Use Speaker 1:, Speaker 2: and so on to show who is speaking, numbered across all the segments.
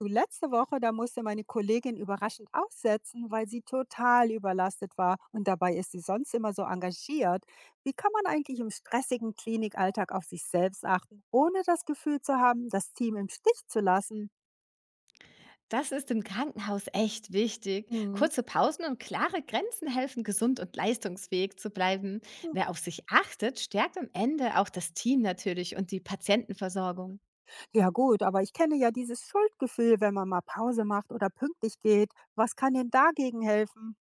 Speaker 1: Du, letzte Woche, da musste meine Kollegin überraschend aussetzen, weil sie total überlastet war, und dabei ist sie sonst immer so engagiert. Wie kann man eigentlich im stressigen Klinikalltag auf sich selbst achten, ohne das Gefühl zu haben, das Team im Stich zu lassen?
Speaker 2: Das ist im Krankenhaus echt wichtig.
Speaker 1: Hm.
Speaker 2: Kurze Pausen und klare Grenzen helfen, gesund und leistungsfähig zu bleiben.
Speaker 1: hm,
Speaker 2: Wer auf sich achtet, stärkt am Ende auch das Team natürlich und die Patientenversorgung.
Speaker 1: Ja gut, aber ich kenne ja dieses Schuldgefühl, wenn man mal Pause macht oder pünktlich geht. Was kann denn dagegen helfen?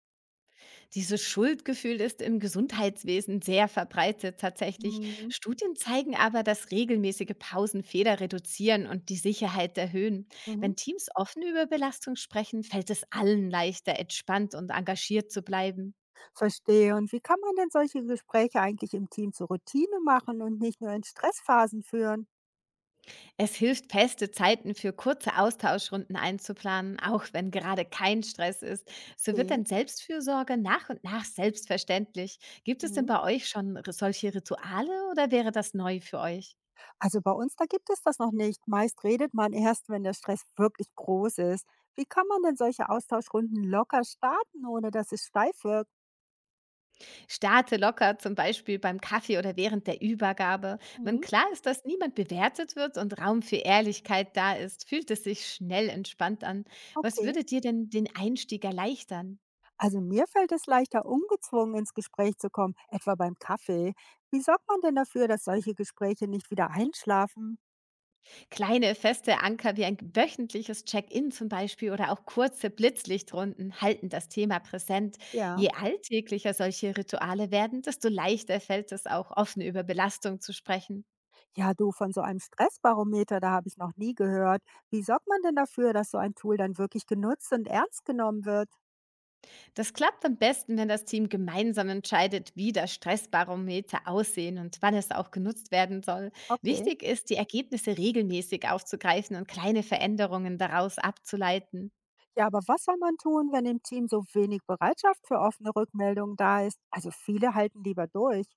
Speaker 2: Dieses Schuldgefühl ist im Gesundheitswesen sehr verbreitet tatsächlich.
Speaker 1: Hm.
Speaker 2: Studien zeigen aber, dass regelmäßige Pausen Fehler reduzieren und die Sicherheit erhöhen.
Speaker 1: Mhm.
Speaker 2: Wenn Teams offen über Belastung sprechen, fällt es allen leichter, entspannt und engagiert zu bleiben.
Speaker 1: Verstehe. Und wie kann man denn solche Gespräche eigentlich im Team zur Routine machen und nicht nur in Stressphasen führen?
Speaker 2: Es hilft, feste Zeiten für kurze Austauschrunden einzuplanen, auch wenn gerade kein Stress ist. So wird dann
Speaker 1: Okay.
Speaker 2: Selbstfürsorge nach und nach selbstverständlich. Gibt es denn
Speaker 1: Mhm.
Speaker 2: bei euch schon solche Rituale oder wäre das neu für euch?
Speaker 1: Also bei uns, da gibt es das noch nicht. Meist redet man erst, wenn der Stress wirklich groß ist. Wie kann man denn solche Austauschrunden locker starten, ohne dass es steif wirkt?
Speaker 2: Starte locker, zum Beispiel beim Kaffee oder während der Übergabe. Wenn
Speaker 1: Mhm.
Speaker 2: klar ist, dass niemand bewertet wird und Raum für Ehrlichkeit da ist, fühlt es sich schnell entspannt an. Was
Speaker 1: Okay.
Speaker 2: würde dir denn den Einstieg erleichtern?
Speaker 1: Also mir fällt es leichter, ungezwungen ins Gespräch zu kommen, etwa beim Kaffee. Wie sorgt man denn dafür, dass solche Gespräche nicht wieder einschlafen?
Speaker 2: Kleine feste Anker wie ein wöchentliches Check-in zum Beispiel oder auch kurze Blitzlichtrunden halten das Thema präsent.
Speaker 1: Ja.
Speaker 2: Je alltäglicher solche Rituale werden, desto leichter fällt es auch, offen über Belastung zu sprechen.
Speaker 1: Ja, du, von so einem Stressbarometer, da habe ich noch nie gehört. Wie sorgt man denn dafür, dass so ein Tool dann wirklich genutzt und ernst genommen wird?
Speaker 2: Das klappt am besten, wenn das Team gemeinsam entscheidet, wie das Stressbarometer aussehen und wann es auch genutzt werden soll.
Speaker 1: Okay.
Speaker 2: Wichtig ist, die Ergebnisse regelmäßig aufzugreifen und kleine Veränderungen daraus abzuleiten.
Speaker 1: Ja, aber was soll man tun, wenn im Team so wenig Bereitschaft für offene Rückmeldungen da ist? Also viele halten lieber durch.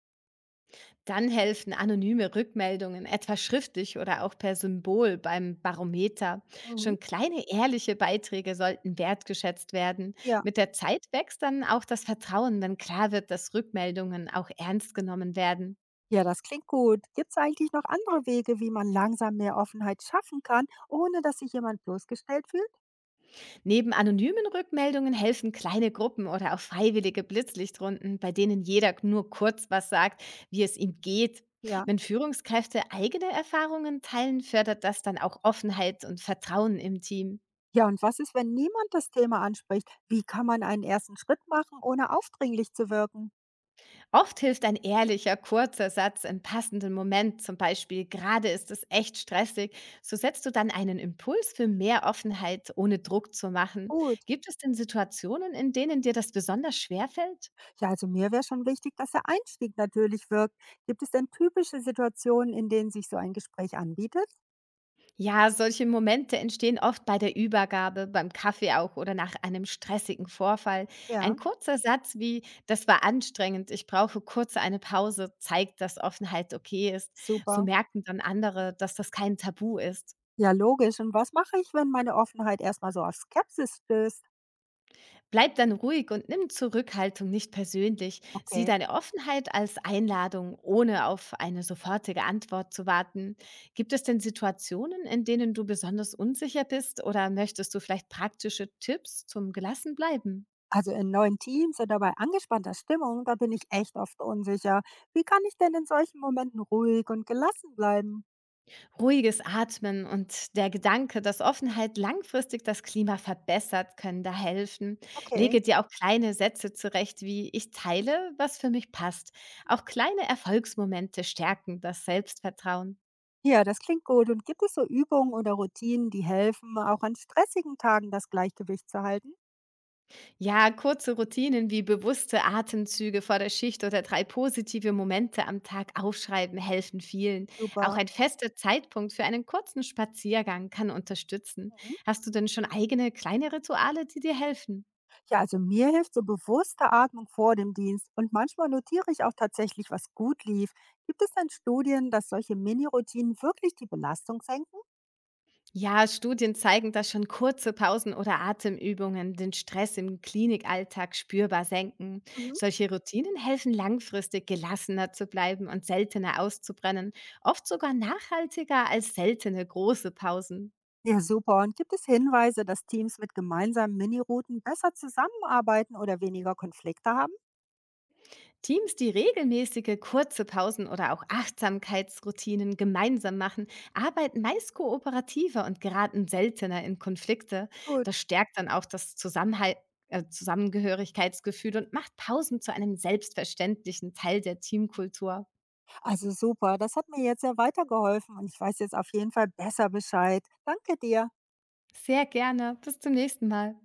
Speaker 2: Dann helfen anonyme Rückmeldungen, etwa schriftlich oder auch per Symbol beim Barometer.
Speaker 1: Mhm.
Speaker 2: Schon kleine ehrliche Beiträge sollten wertgeschätzt werden.
Speaker 1: Ja.
Speaker 2: Mit der Zeit wächst dann auch das Vertrauen, wenn klar wird, dass Rückmeldungen auch ernst genommen werden.
Speaker 1: Ja, das klingt gut. Gibt es eigentlich noch andere Wege, wie man langsam mehr Offenheit schaffen kann, ohne dass sich jemand bloßgestellt fühlt?
Speaker 2: Neben anonymen Rückmeldungen helfen kleine Gruppen oder auch freiwillige Blitzlichtrunden, bei denen jeder nur kurz was sagt, wie es ihm geht.
Speaker 1: Ja.
Speaker 2: Wenn Führungskräfte eigene Erfahrungen teilen, fördert das dann auch Offenheit und Vertrauen im Team.
Speaker 1: Ja, und was ist, wenn niemand das Thema anspricht? Wie kann man einen ersten Schritt machen, ohne aufdringlich zu wirken?
Speaker 2: Oft hilft ein ehrlicher, kurzer Satz im passenden Moment, zum Beispiel gerade ist es echt stressig, so setzt du dann einen Impuls für mehr Offenheit, ohne Druck zu machen.
Speaker 1: Gut.
Speaker 2: Gibt es denn Situationen, in denen dir das besonders schwer fällt?
Speaker 1: Ja, also mir wäre schon wichtig, dass der Einstieg natürlich wirkt. Gibt es denn typische Situationen, in denen sich so ein Gespräch anbietet?
Speaker 2: Ja, solche Momente entstehen oft bei der Übergabe, beim Kaffee auch oder nach einem stressigen Vorfall. Ein
Speaker 1: Ja.
Speaker 2: kurzer Satz wie, das war anstrengend, ich brauche kurz eine Pause, zeigt, dass Offenheit okay ist. So
Speaker 1: Super.
Speaker 2: merken dann andere, dass das kein Tabu ist.
Speaker 1: Ja, logisch. Und was mache ich, wenn meine Offenheit erstmal so auf Skepsis stößt?
Speaker 2: Bleib dann ruhig und nimm Zurückhaltung nicht persönlich. Sieh
Speaker 1: Okay.
Speaker 2: deine Offenheit als Einladung, ohne auf eine sofortige Antwort zu warten. Gibt es denn Situationen, in denen du besonders unsicher bist oder möchtest du vielleicht praktische Tipps zum gelassen bleiben?
Speaker 1: Also in neuen Teams oder bei angespannter Stimmung, da bin ich echt oft unsicher. Wie kann ich denn in solchen Momenten ruhig und gelassen bleiben?
Speaker 2: Ruhiges Atmen und der Gedanke, dass Offenheit langfristig das Klima verbessert, können da helfen.
Speaker 1: Okay.
Speaker 2: Lege dir auch kleine Sätze zurecht, wie ich teile, was für mich passt. Auch kleine Erfolgsmomente stärken das Selbstvertrauen.
Speaker 1: Ja, das klingt gut. Und gibt es so Übungen oder Routinen, die helfen, auch an stressigen Tagen das Gleichgewicht zu halten?
Speaker 2: Ja, kurze Routinen wie bewusste Atemzüge vor der Schicht oder drei positive Momente am Tag aufschreiben helfen vielen. Auch
Speaker 1: Super.
Speaker 2: ein fester Zeitpunkt für einen kurzen Spaziergang kann unterstützen.
Speaker 1: Mhm.
Speaker 2: Hast du denn schon eigene kleine Rituale, die dir helfen?
Speaker 1: Ja, also mir hilft so bewusste Atmung vor dem Dienst, und manchmal notiere ich auch tatsächlich, was gut lief. Gibt es denn Studien, dass solche Mini-Routinen wirklich die Belastung senken?
Speaker 2: Ja, Studien zeigen, dass schon kurze Pausen oder Atemübungen den Stress im Klinikalltag spürbar senken.
Speaker 1: Mhm.
Speaker 2: Solche Routinen helfen langfristig gelassener zu bleiben und seltener auszubrennen, oft sogar nachhaltiger als seltene große Pausen.
Speaker 1: Ja, super. Und gibt es Hinweise, dass Teams mit gemeinsamen Minirouten besser zusammenarbeiten oder weniger Konflikte haben?
Speaker 2: Teams, die regelmäßige kurze Pausen oder auch Achtsamkeitsroutinen gemeinsam machen, arbeiten meist kooperativer und geraten seltener in Konflikte.
Speaker 1: Gut,
Speaker 2: Das stärkt dann auch das Zusammengehörigkeitsgefühl und macht Pausen zu einem selbstverständlichen Teil der Teamkultur.
Speaker 1: also super. Das hat mir jetzt sehr weitergeholfen, und ich weiß jetzt auf jeden Fall besser Bescheid. Danke dir.
Speaker 2: Sehr gerne. Bis zum nächsten Mal.